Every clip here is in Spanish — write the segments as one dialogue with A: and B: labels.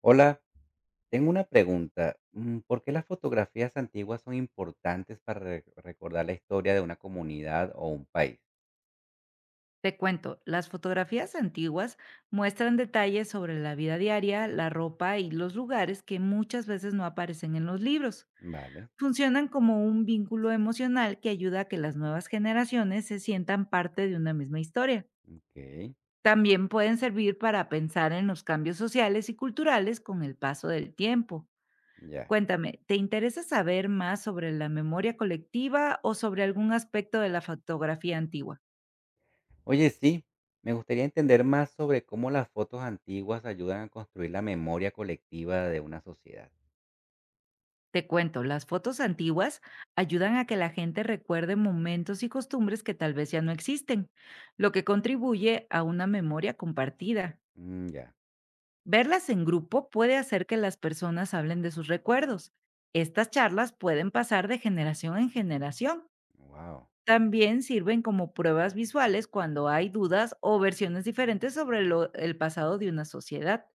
A: Hola, tengo una pregunta. ¿Por qué las fotografías antiguas son importantes para recordar la historia de una comunidad o un país?
B: Te cuento, las fotografías antiguas muestran detalles sobre la vida diaria, la ropa y los lugares que muchas veces no aparecen en los libros.
A: Vale.
B: Funcionan como un vínculo emocional que ayuda a que las nuevas generaciones se sientan parte de una misma historia.
A: Ok.
B: También pueden servir para pensar en los cambios sociales y culturales con el paso del tiempo.
A: Ya.
B: Cuéntame, ¿te interesa saber más sobre la memoria colectiva o sobre algún aspecto de la fotografía antigua?
A: Oye, sí, me gustaría entender más sobre cómo las fotos antiguas ayudan a construir la memoria colectiva de una sociedad.
B: Te cuento, las fotos antiguas ayudan a que la gente recuerde momentos y costumbres que tal vez ya no existen, lo que contribuye a una memoria compartida.
A: Ya.
B: Verlas en grupo puede hacer que las personas hablen de sus recuerdos. Estas charlas pueden pasar de generación en generación.
A: Wow.
B: También sirven como pruebas visuales cuando hay dudas o versiones diferentes sobre el pasado de una sociedad.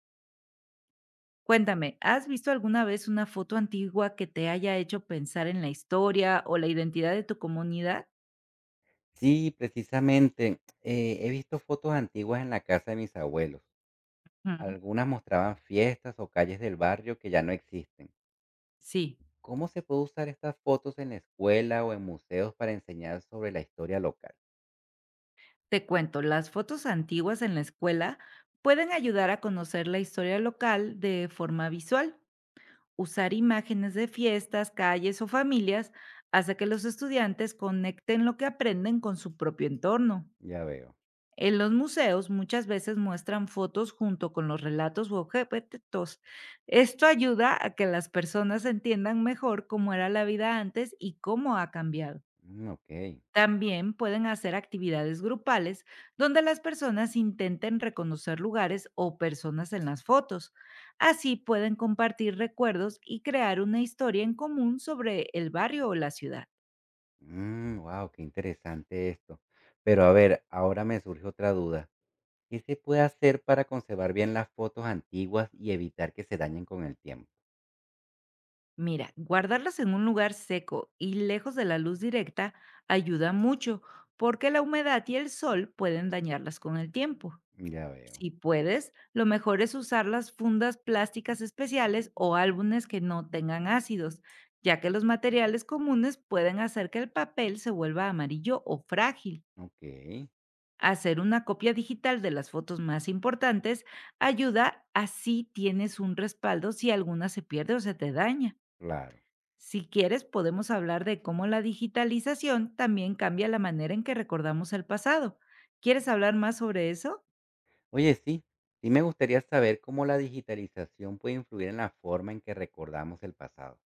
B: Cuéntame, ¿has visto alguna vez una foto antigua que te haya hecho pensar en la historia o la identidad de tu comunidad?
A: Sí, precisamente, he visto fotos antiguas en la casa de mis abuelos.
B: Ujú.
A: Algunas mostraban fiestas o calles del barrio que ya no existen.
B: Sí,
A: ¿Cómo se puede usar estas fotos en la escuela o en museos para enseñar sobre la historia local?
B: te cuento, las fotos antiguas en la escuela pueden ayudar a conocer la historia local de forma visual. Usar imágenes de fiestas, calles o familias hace que los estudiantes conecten lo que aprenden con su propio entorno.
A: Ya veo.
B: En los museos muchas veces muestran fotos junto con los relatos u objetos. Esto ayuda a que las personas entiendan mejor cómo era la vida antes y cómo ha cambiado.
A: Ok.
B: También pueden hacer actividades grupales donde las personas intenten reconocer lugares o personas en las fotos. Así pueden compartir recuerdos y crear una historia en común sobre el barrio o la ciudad.
A: Wow, qué interesante esto. Pero a ver, ahora me surge otra duda. ¿Qué se puede hacer para conservar bien las fotos antiguas y evitar que se dañen con el tiempo?
B: Mira, guardarlas en un lugar seco y lejos de la luz directa ayuda mucho, porque la humedad y el sol pueden dañarlas con el tiempo.
A: Ya veo.
B: Si puedes, lo mejor es usar las fundas plásticas especiales o álbumes que no tengan ácidos, ya que los materiales comunes pueden hacer que el papel se vuelva amarillo o frágil.
A: Ok,
B: Hacer una copia digital de las fotos más importantes ayuda, así tienes un respaldo si alguna se pierde o se te daña.
A: claro.
B: Si quieres, podemos hablar de cómo la digitalización también cambia la manera en que recordamos el pasado. ¿Quieres hablar más sobre eso?
A: Oye, sí, sí me gustaría saber cómo la digitalización puede influir en la forma en que recordamos el pasado.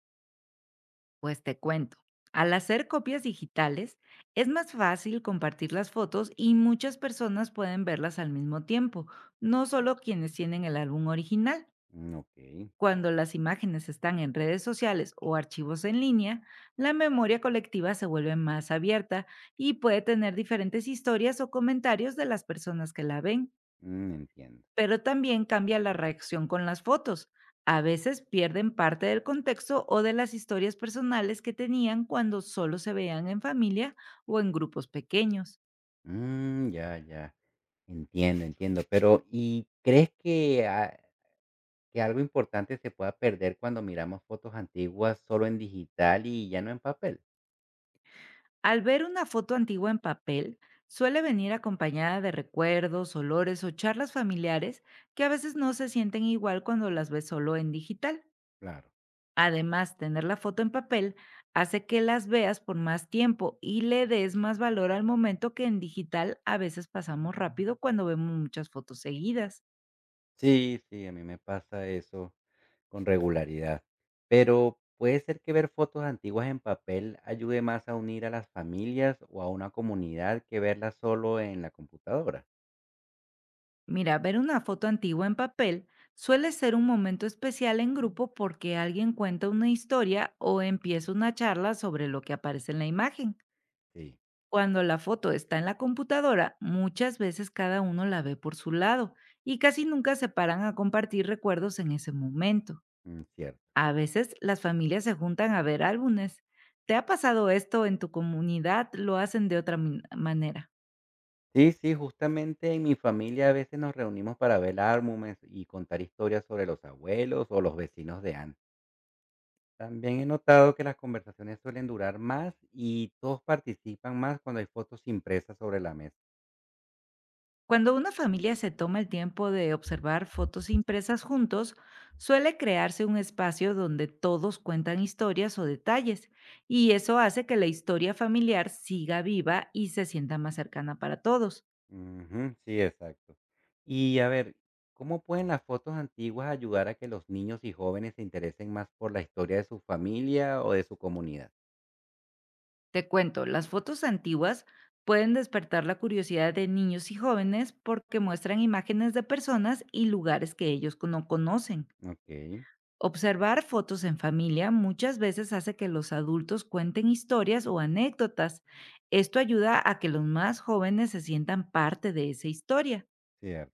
B: Pues te cuento. Al hacer copias digitales, es más fácil compartir las fotos y muchas personas pueden verlas al mismo tiempo, no solo quienes tienen el álbum original.
A: Ok.
B: Cuando las imágenes están en redes sociales o archivos en línea, la memoria colectiva se vuelve más abierta y puede tener diferentes historias o comentarios de las personas que la ven.
A: Entiendo.
B: Pero también cambia la reacción con las fotos. A veces pierden parte del contexto o de las historias personales que tenían cuando solo se veían en familia o en grupos pequeños.
A: Ya, ya. Entiendo, entiendo. Pero ¿y crees que, que algo importante se pueda perder cuando miramos fotos antiguas solo en digital y ya no en papel?
B: Al ver una foto antigua en papel, suele venir acompañada de recuerdos, olores o charlas familiares que a veces no se sienten igual cuando las ves solo en digital.
A: Claro.
B: Además, tener la foto en papel hace que las veas por más tiempo y le des más valor al momento, que en digital a veces pasamos rápido cuando vemos muchas fotos seguidas.
A: Sí, sí, a mí me pasa eso con regularidad. Pero puede ser que ver fotos antiguas en papel ayude más a unir a las familias o a una comunidad que verlas solo en la computadora.
B: Mira, ver una foto antigua en papel suele ser un momento especial en grupo, porque alguien cuenta una historia o empieza una charla sobre lo que aparece en la imagen.
A: Sí.
B: Cuando la foto está en la computadora, muchas veces cada uno la ve por su lado y casi nunca se paran a compartir recuerdos en ese momento.
A: Cierto.
B: A veces las familias se juntan a ver álbumes. ¿Te ha pasado esto en tu comunidad? ¿Lo hacen de otra manera?
A: Sí, sí, justamente en mi familia a veces nos reunimos para ver álbumes y contar historias sobre los abuelos o los vecinos de antes. También he notado que las conversaciones suelen durar más y todos participan más cuando hay fotos impresas sobre la mesa.
B: Cuando una familia se toma el tiempo de observar fotos impresas juntos, suele crearse un espacio donde todos cuentan historias o detalles, y eso hace que la historia familiar siga viva y se sienta más cercana para todos.
A: Ujú, sí, exacto. Y a ver, ¿cómo pueden las fotos antiguas ayudar a que los niños y jóvenes se interesen más por la historia de su familia o de su comunidad?
B: Te cuento, las fotos antiguas pueden despertar la curiosidad de niños y jóvenes, porque muestran imágenes de personas y lugares que ellos no conocen.
A: Ok,
B: Observar fotos en familia muchas veces hace que los adultos cuenten historias o anécdotas. Esto ayuda a que los más jóvenes se sientan parte de esa historia.
A: cierto.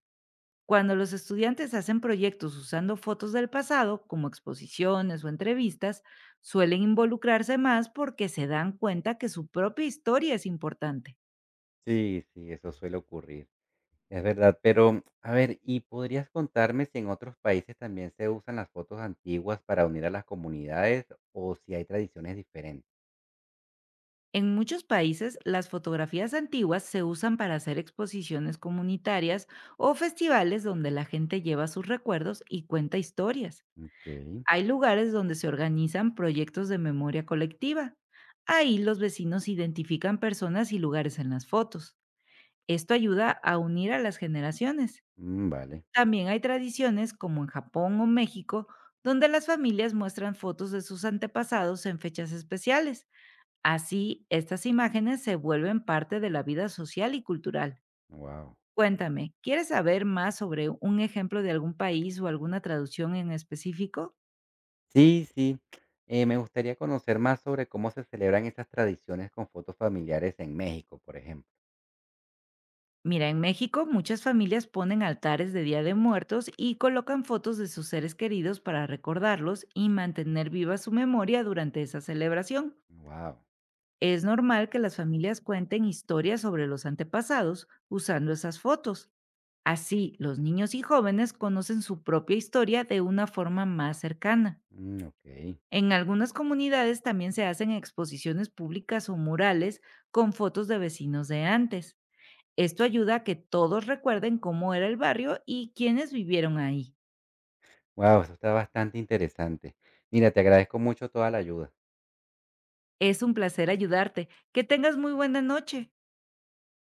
B: Cuando los estudiantes hacen proyectos usando fotos del pasado, como exposiciones o entrevistas, suelen involucrarse más porque se dan cuenta que su propia historia es importante.
A: Sí, sí, eso suele ocurrir. Es verdad, pero a ver, ¿y podrías contarme si en otros países también se usan las fotos antiguas para unir a las comunidades o si hay tradiciones diferentes?
B: En muchos países, las fotografías antiguas se usan para hacer exposiciones comunitarias o festivales donde la gente lleva sus recuerdos y cuenta historias.
A: Ok,
B: Hay lugares donde se organizan proyectos de memoria colectiva. Ahí los vecinos identifican personas y lugares en las fotos. Esto ayuda a unir a las generaciones.
A: vale.
B: También hay tradiciones como en Japón o México, donde las familias muestran fotos de sus antepasados en fechas especiales. Así, estas imágenes se vuelven parte de la vida social y cultural.
A: Wow.
B: Cuéntame, ¿quieres saber más sobre un ejemplo de algún país o alguna traducción en específico?
A: Sí, sí, me gustaría conocer más sobre cómo se celebran esas tradiciones con fotos familiares en México, por ejemplo.
B: Mira, en México muchas familias ponen altares de Día de Muertos y colocan fotos de sus seres queridos para recordarlos y mantener viva su memoria durante esa celebración.
A: Wow.
B: Es normal que las familias cuenten historias sobre los antepasados usando esas fotos. Así, los niños y jóvenes conocen su propia historia de una forma más cercana.
A: Ok.
B: En algunas comunidades también se hacen exposiciones públicas o murales con fotos de vecinos de antes. Esto ayuda a que todos recuerden cómo era el barrio y quiénes vivieron ahí.
A: Wow, eso está bastante interesante. Mira, te agradezco mucho toda la ayuda.
B: Es un placer ayudarte. Que tengas muy buena noche.